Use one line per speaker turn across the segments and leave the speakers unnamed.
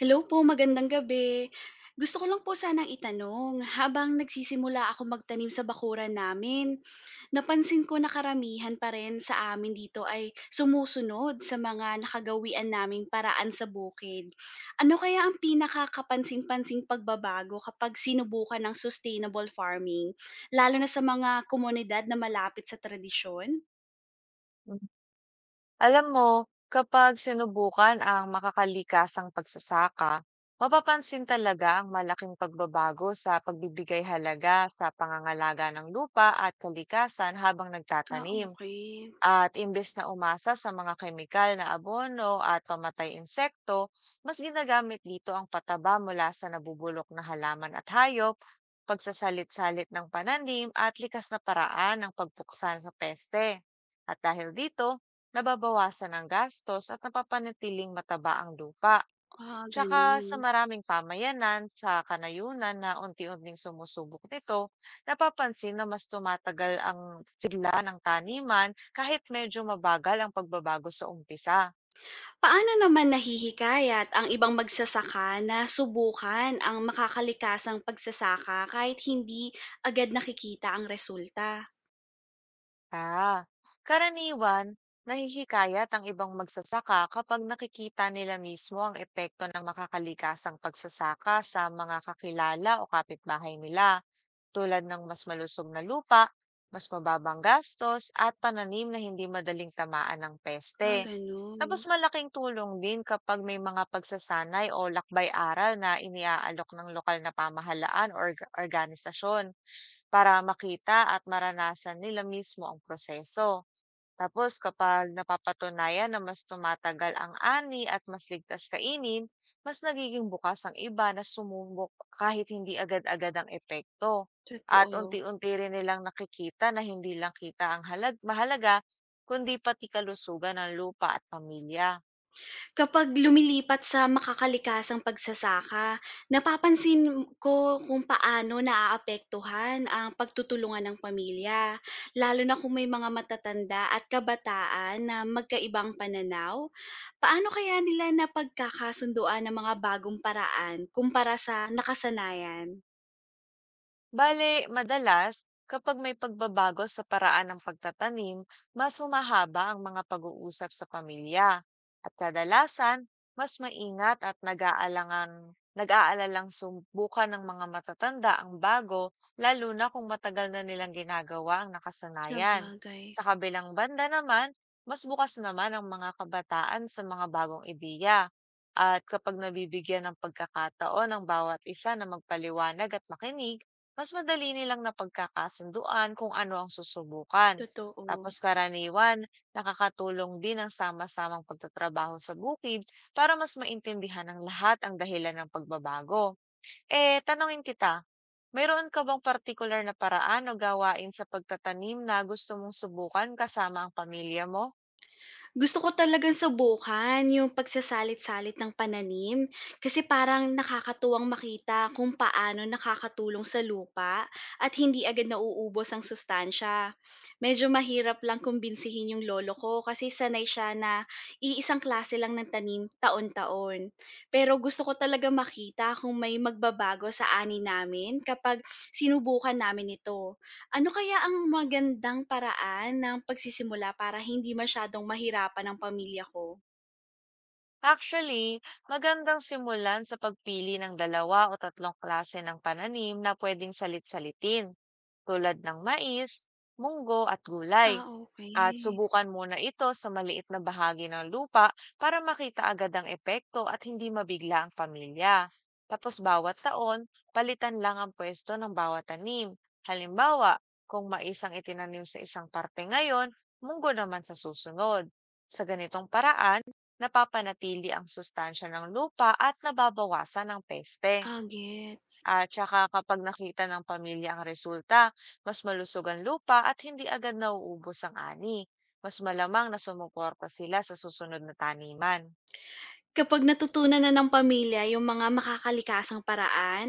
Hello po, magandang gabi. Gusto ko lang po sanang itanong, habang nagsisimula ako magtanim sa bakuran namin, napansin ko na karamihan pa rin sa amin dito ay sumusunod sa mga nakagawian naming paraan sa bukid. Ano kaya ang pinakakapansin-pansing pagbabago kapag sinubukan ng sustainable farming, lalo na sa mga komunidad na malapit sa tradisyon?
Hmm. Alam mo, kapag sinubukan ang makakalikasang pagsasaka, mapapansin talaga ang malaking pagbabago sa pagbibigay halaga sa pangangalaga ng lupa at kalikasan habang
Ah,
nagtatanim.
okay.
At imbes na umasa sa mga kemikal na abono at pamatay insekto, mas ginagamit dito ang pataba mula sa nabubulok na halaman at hayop, pagsasalit-salit ng pananim at likas na paraan ng pagpuksan sa peste. At dahil dito, nababawasan ang gastos at napapanatiling mataba ang lupa.
Ah,
Tsaka sa
ganun.
maraming pamayanan sa kanayunan na unti-unting sumusubok nito, napapansin na mas tumatagal ang sigla ng taniman kahit medyo mabagal ang pagbabago sa umpisa.
Paano naman nahihikayat ang ibang magsasaka na subukan ang makakalikasang pagsasaka kahit hindi agad nakikita ang resulta?
Ah, karaniwan, nahihikayat ang ibang magsasaka kapag nakikita nila mismo ang epekto ng makakalikasang pagsasaka sa mga kakilala o kapitbahay nila, tulad ng mas malusog na lupa, mas mababang gastos, at pananim na hindi madaling tamaan ng
Ah,
peste.
ganun.
Tapos malaking tulong din kapag may mga pagsasanay o lakbay-aral na iniaalok ng lokal na pamahalaan o organisasyon para makita at maranasan nila mismo ang proseso. Tapos kapag napapatunayan na mas tumatagal ang ani at mas ligtas kainin, mas nagiging bukas ang iba na sumubok kahit hindi agad-agad ang epekto. At
Totoo.
unti-unti rin nilang nakikita na hindi lang kita ang halag mahalaga, kundi pati kalusugan ng lupa at pamilya.
Kapag lumilipat sa makakalikasang pagsasaka, napapansin ko kung paano naaapektuhan ang pagtutulungan ng pamilya, lalo na kung may mga matatanda at kabataan na magkaibang pananaw. Paano kaya nila napagkakasunduan ng mga bagong paraan kumpara sa nakasanayan?
Bale, madalas, kapag may pagbabago sa paraan ng pagtatanim, mas humahaba ang mga pag-uusap sa pamilya. At kadalasan, mas maingat at nag-aalalang subukan ng mga matatanda ang bago, lalo na kung matagal na nilang ginagawa ang nakasanayan.
Sabagay,
Sa kabilang banda naman, mas bukas naman ang mga kabataan sa mga bagong ideya. At kapag nabibigyan ng pagkakataon ng bawat isa na magpaliwanag at makinig, mas madali nilang napagkakasunduan kung ano ang susubukan.
totoo.
Tapos karaniwan, nakakatulong din ang sama-samang pagtatrabaho sa bukid para mas maintindihan ng lahat ang dahilan ng pagbabago. Eh, tanongin kita, mayroon ka bang partikular na paraan o gawain sa pagtatanim na gusto mong subukan kasama ang pamilya mo?
Gusto ko talagang subukan yung pagsasalit-salit ng pananim kasi parang nakakatuwang makita kung paano nakakatulong sa lupa at hindi agad nauubos ang sustansya. Medyo mahirap lang kumbinsihin yung lolo ko kasi sanay siya na iisang klase lang ng tanim taon-taon. Pero gusto ko talaga makita kung may magbabago sa ani namin kapag sinubukan namin ito. Ano kaya ang magandang paraan ng pagsisimula para hindi masyadong mahirapan ang pamilya ko?
Actually, magandang simulan sa pagpili ng dalawa o tatlong klase ng pananim na pwedeng salit-salitin, tulad ng mais, munggo at gulay.
Ah,
At
okey.
subukan muna ito sa maliit na bahagi ng lupa para makita agad ang epekto at hindi mabigla ang pamilya. Tapos bawat taon, palitan lang ang pwesto ng bawat tanim. Halimbawa, kung mais ang itinanim sa isang parte ngayon, munggo naman sa susunod. Sa ganitong paraan, napapanatili ang sustansya ng lupa at nababawasan ang peste.
Ah, gets.
At saka kapag nakita ng pamilya ang resulta, mas malusog ang lupa at hindi agad nauubos ang ani. Mas malamang na sumuporta sila sa susunod na taniman.
Kapag natutunan na ng pamilya yung mga makakalikasang paraan,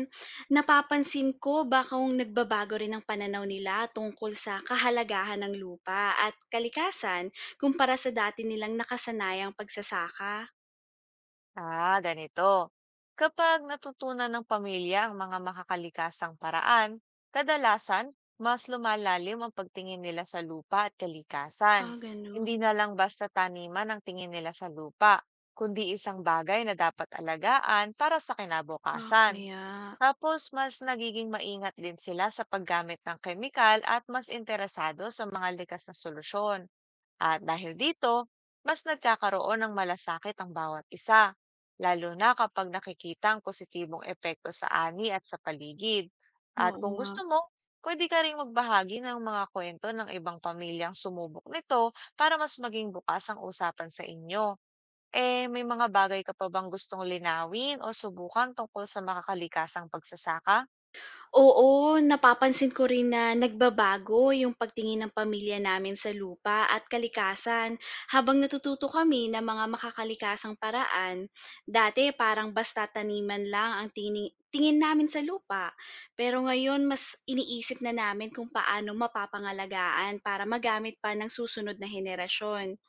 napapansin ko bakong nagbabago rin ang pananaw nila tungkol sa kahalagahan ng lupa at kalikasan kumpara sa dati nilang nakasanayang pagsasaka.
Ah, ganito. Kapag natutunan ng pamilya ang mga makakalikasang paraan, kadalasan mas lumalalim ang pagtingin nila sa lupa at kalikasan.
Ah,
Hindi na
ganun.
lang basta taniman ang tingin nila sa lupa, kundi isang bagay na dapat alagaan para sa
Ah,
kinabukasan.
kaya.
Tapos, mas nagiging maingat din sila sa paggamit ng kemikal at mas interesado sa mga likas na solusyon. At dahil dito, mas nagkakaroon ng malasakit ang bawat isa, lalo na kapag nakikita ang positibong epekto sa ani at sa paligid. At
Oo
kung
nga.
gusto mo, pwede ka ring magbahagi ng mga kwento ng ibang pamilyang sumubok nito para mas maging bukas ang usapan sa inyo. Eh, may mga bagay ka pa bang gustong linawin o subukan tungkol sa makakalikasang pagsasaka?
Oo, napapansin ko rin na nagbabago yung pagtingin ng pamilya namin sa lupa at kalikasan habang natututo kami ng mga makakalikasang paraan. Dati parang basta taniman lang ang tingin namin sa lupa, pero ngayon mas iniisip na namin kung paano mapapangalagaan para magamit pa ng susunod na henerasyon.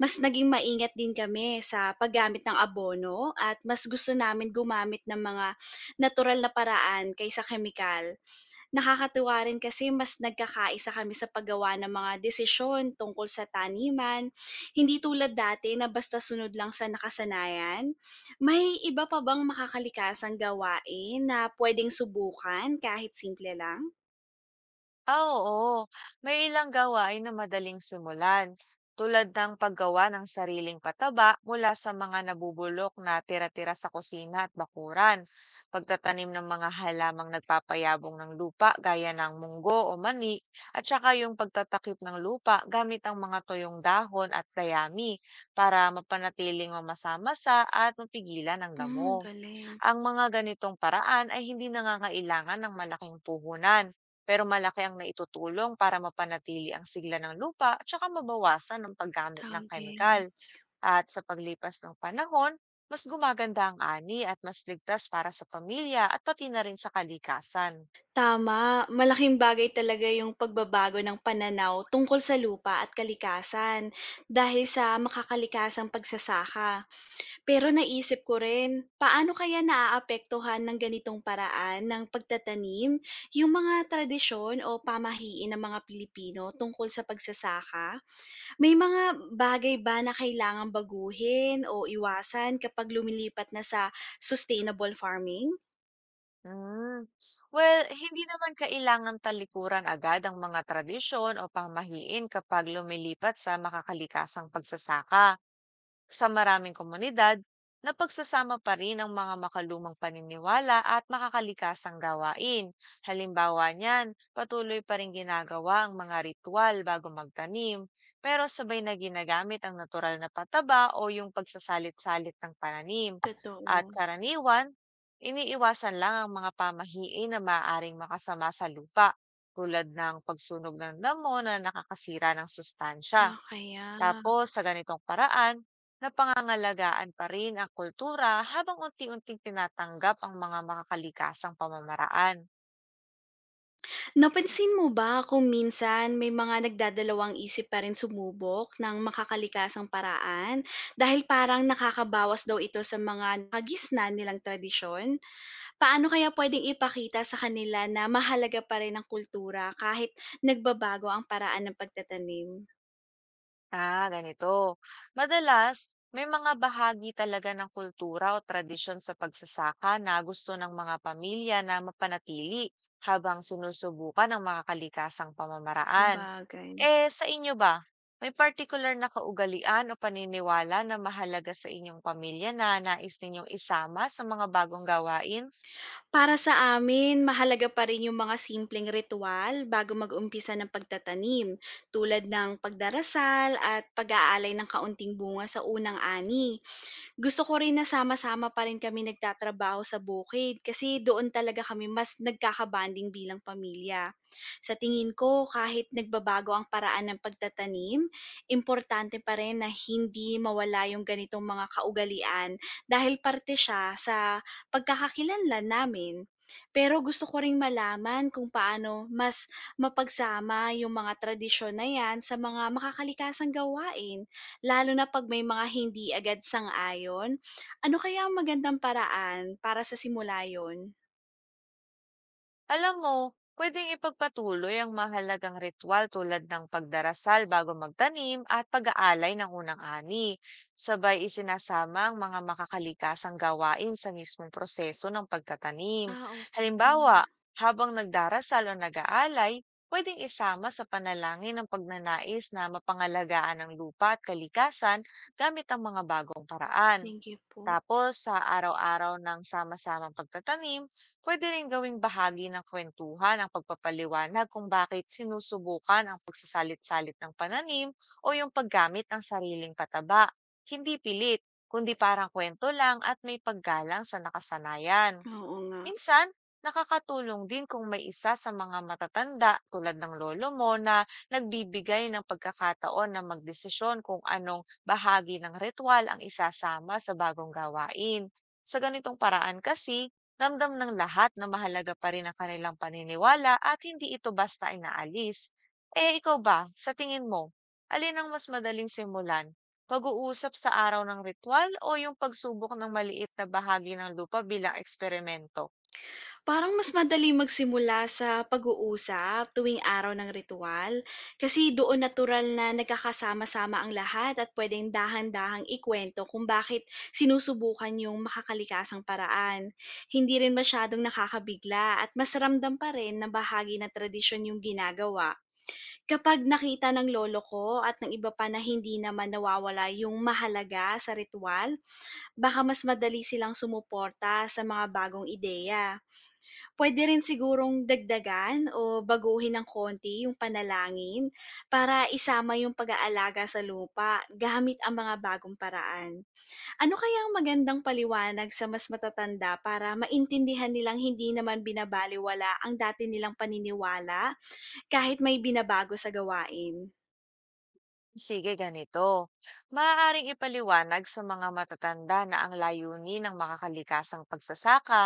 Mas naging maingat din kami sa paggamit ng abono at mas gusto namin gumamit ng mga natural na paraan kaysa kemikal. Nakakatuwa rin kasi mas nagkakaisa kami sa paggawa ng mga desisyon tungkol sa taniman, hindi tulad dati na basta sunod lang sa nakasanayan. May iba pa bang makakalikasang gawain na pwedeng subukan kahit simple lang?
Ah, oo. May ilang gawain na madaling simulan, tulad ng paggawa ng sariling pataba mula sa mga nabubulok na tira-tira sa kusina at bakuran, pagtatanim ng mga halamang nagpapayabong ng lupa gaya ng munggo o mani, at saka yung pagtatakip ng lupa gamit ang mga tuyong dahon at dayami para mapanatiling mamasa-masa at mapigilan ang damo.
Hmm, galing.
Ang mga ganitong paraan ay hindi nangangailangan ng malaking puhunan, pero malaki ang naitutulong para mapanatili ang sigla ng lupa at saka mabawasan ang paggamit
Ah,
ng kemikal. At sa paglipas ng panahon, mas gumaganda ang ani at mas ligtas para sa pamilya at pati na rin sa kalikasan.
tama, malaking bagay talaga yung pagbabago ng pananaw tungkol sa lupa at kalikasan dahil sa makakalikasang pagsasaka. Pero naisip ko rin, paano kaya naaapektuhan ng ganitong paraan ng pagtatanim yung mga tradisyon o pamahiin ng mga Pilipino tungkol sa pagsasaka? May mga bagay ba na kailangan baguhin o iwasan kapag lumilipat na sa sustainable farming?
Hmm. Well, hindi naman kailangan talikuran agad ang mga tradisyon o pamahiin kapag lumilipat sa makakalikasang pagsasaka. Sa maraming komunidad, napagsasama pa rin ang mga makalumang paniniwala at makakalikasang gawain. Halimbawa niyan, patuloy pa rin ginagawa ang mga ritual bago magtanim, pero sabay na ginagamit ang natural na pataba o yung pagsasalit-salit ng pananim. At
Totoo,
karaniwan, iniiwasan lang ang mga pamahiin na maaaring makasama sa lupa, tulad ng pagsunog ng damo na nakakasira ng sustansya.
nga kaya.
Tapos sa ganitong paraan, napangangalagaan pa rin ang kultura habang unti-unting tinatanggap ang mga makakalikasang pamamaraan.
Napansin mo ba kung minsan may mga nagdadalawang isip pa rin sumubok ng makakalikasang paraan dahil parang nakakabawas daw ito sa mga nakagisnan nilang tradisyon? Paano kaya pwedeng ipakita sa kanila na mahalaga pa rin ang kultura kahit nagbabago ang paraan ng pagtatanim?
Ah, ganito. Madalas, may mga bahagi talaga ng kultura o tradisyon sa pagsasaka na gusto ng mga pamilya na mapanatili habang sinusubukan ang makakalikasang pamamaraan.
Sabagay.
Eh, sa inyo ba, may particular na kaugalian o paniniwala na mahalaga sa inyong pamilya na nais ninyong isama sa mga bagong gawain?
Para sa amin, mahalaga pa rin yung mga simpleng ritual bago mag-umpisa ng pagtatanim, tulad ng pagdarasal at pag-aalay ng kaunting bunga sa unang ani. Gusto ko rin na sama-sama pa rin kami nagtatrabaho sa bukid kasi doon talaga kami mas nagkakabanding bilang pamilya. Sa tingin ko, kahit nagbabago ang paraan ng pagtatanim, importante pa rin na hindi mawala yung ganitong mga kaugalian dahil parte siya sa pagkakakilanlan namin. Pero gusto ko ring malaman kung paano mas mapagsama yung mga tradisyon na yan sa mga makakalikasang gawain. Lalo na 'pag may mga hindi agad sang-ayon. Ano kaya ang magandang paraan para sa simula yon?
Alam mo, pwedeng ipagpatuloy ang mahalagang ritual tulad ng pagdarasal bago magtanim at pag-aalay ng unang ani. Sabay isinasama ang mga makakalikasang gawain sa mismong proseso ng pagtatanim.
Ah,
Halimbawa,
okey.
habang nagdarasal o nag-aalay, pwedeng isama sa panalangin ang pagnanais na mapangalagaan ng lupa at kalikasan gamit ang mga bagong paraan.
Sige po.
Tapos sa araw-araw ng sama-samang pagtatanim, pwede rin gawing bahagi ng kwentuhan ang pagpapaliwanag kung bakit sinusubukan ang pagsasalit-salit ng pananim o yung paggamit ng sariling pataba. Hindi pilit, kundi parang kwento lang at may paggalang sa nakasanayan.
Oo nga.
Minsan, nakakatulong din kung may isa sa mga matatanda tulad ng lolo mo na nagbibigay ng pagkakataon na magdesisyon kung anong bahagi ng ritual ang isasama sa bagong gawain. Sa ganitong paraan kasi, ramdam ng lahat na mahalaga pa rin ang kanilang paniniwala at hindi ito basta inaalis. Eh ikaw ba, sa tingin mo, alin ang mas madaling simulan? Pag-uusap sa araw ng ritual o yung pagsubok ng maliit na bahagi ng lupa bilang eksperimento?
Parang mas madali magsimula sa pag-uusap tuwing araw ng ritual, kasi doon natural na nagkakasama-sama ang lahat at pwedeng dahan-dahang ikwento kung bakit sinusubukan yung makakalikasang paraan. Hindi rin masyadong nakakabigla at mas ramdam pa rin na bahagi ng tradisyon yung ginagawa. Kapag nakita ng lolo ko at ng iba pa na hindi naman nawawala yung mahalaga sa ritual, baka mas madali silang sumuporta sa mga bagong ideya. Pwede rin sigurong dagdagan o baguhin ng konti yung panalangin para isama yung pag-aalaga sa lupa gamit ang mga bagong paraan. Ano kaya ang magandang paliwanag sa mas matatanda para maintindihan nilang hindi naman binabaliwala ang dati nilang paniniwala kahit may binabago sa gawain?
Sige, ganito. Maaaring ipaliwanag sa mga matatanda na ang layunin ng makakalikasang pagsasaka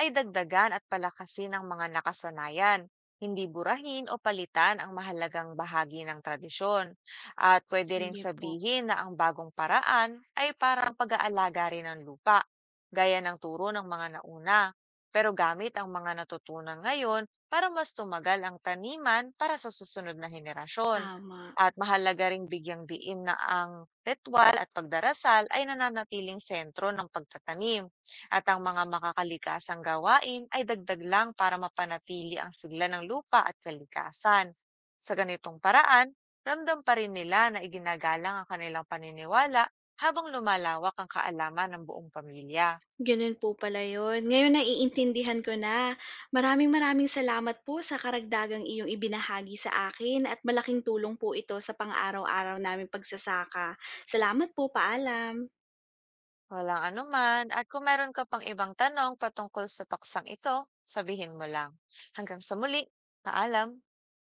ay dagdagan at palakasin ang mga nakasanayan, hindi burahin o palitan ang mahalagang bahagi ng tradisyon. At pwede ring
Sige po,
sabihin na ang bagong paraan ay parang pag-aalaga rin ng lupa, gaya ng turo ng mga nauna, pero gamit ang mga natutunan ngayon para mas tumagal ang taniman para sa susunod na henerasyon,
tama.
at mahalaga ring bigyang diin na ang ritual at pagdarasal ay nananatiling sentro ng pagtatanim at ang mga makakalikasang gawain ay dagdag lang para mapanatili ang sigla ng lupa at kalikasan. Sa ganitong paraan, ramdam pa rin nila na iginagalang ang kanilang paniniwala habang lumalawak ang kaalaman ng buong pamilya.
Gano'n po pala 'yun. Ngayon naiintindihan ko na. Maraming-maraming salamat po sa karagdagang iyong ibinahagi sa akin at malaking tulong po ito sa pang-araw-araw naming pagsasaka. Salamat po, paalam.
Walang anuman, at kung meron ka pang ibang tanong patungkol sa paksang ito, sabihin mo lang. Hanggang sa muli, paalam!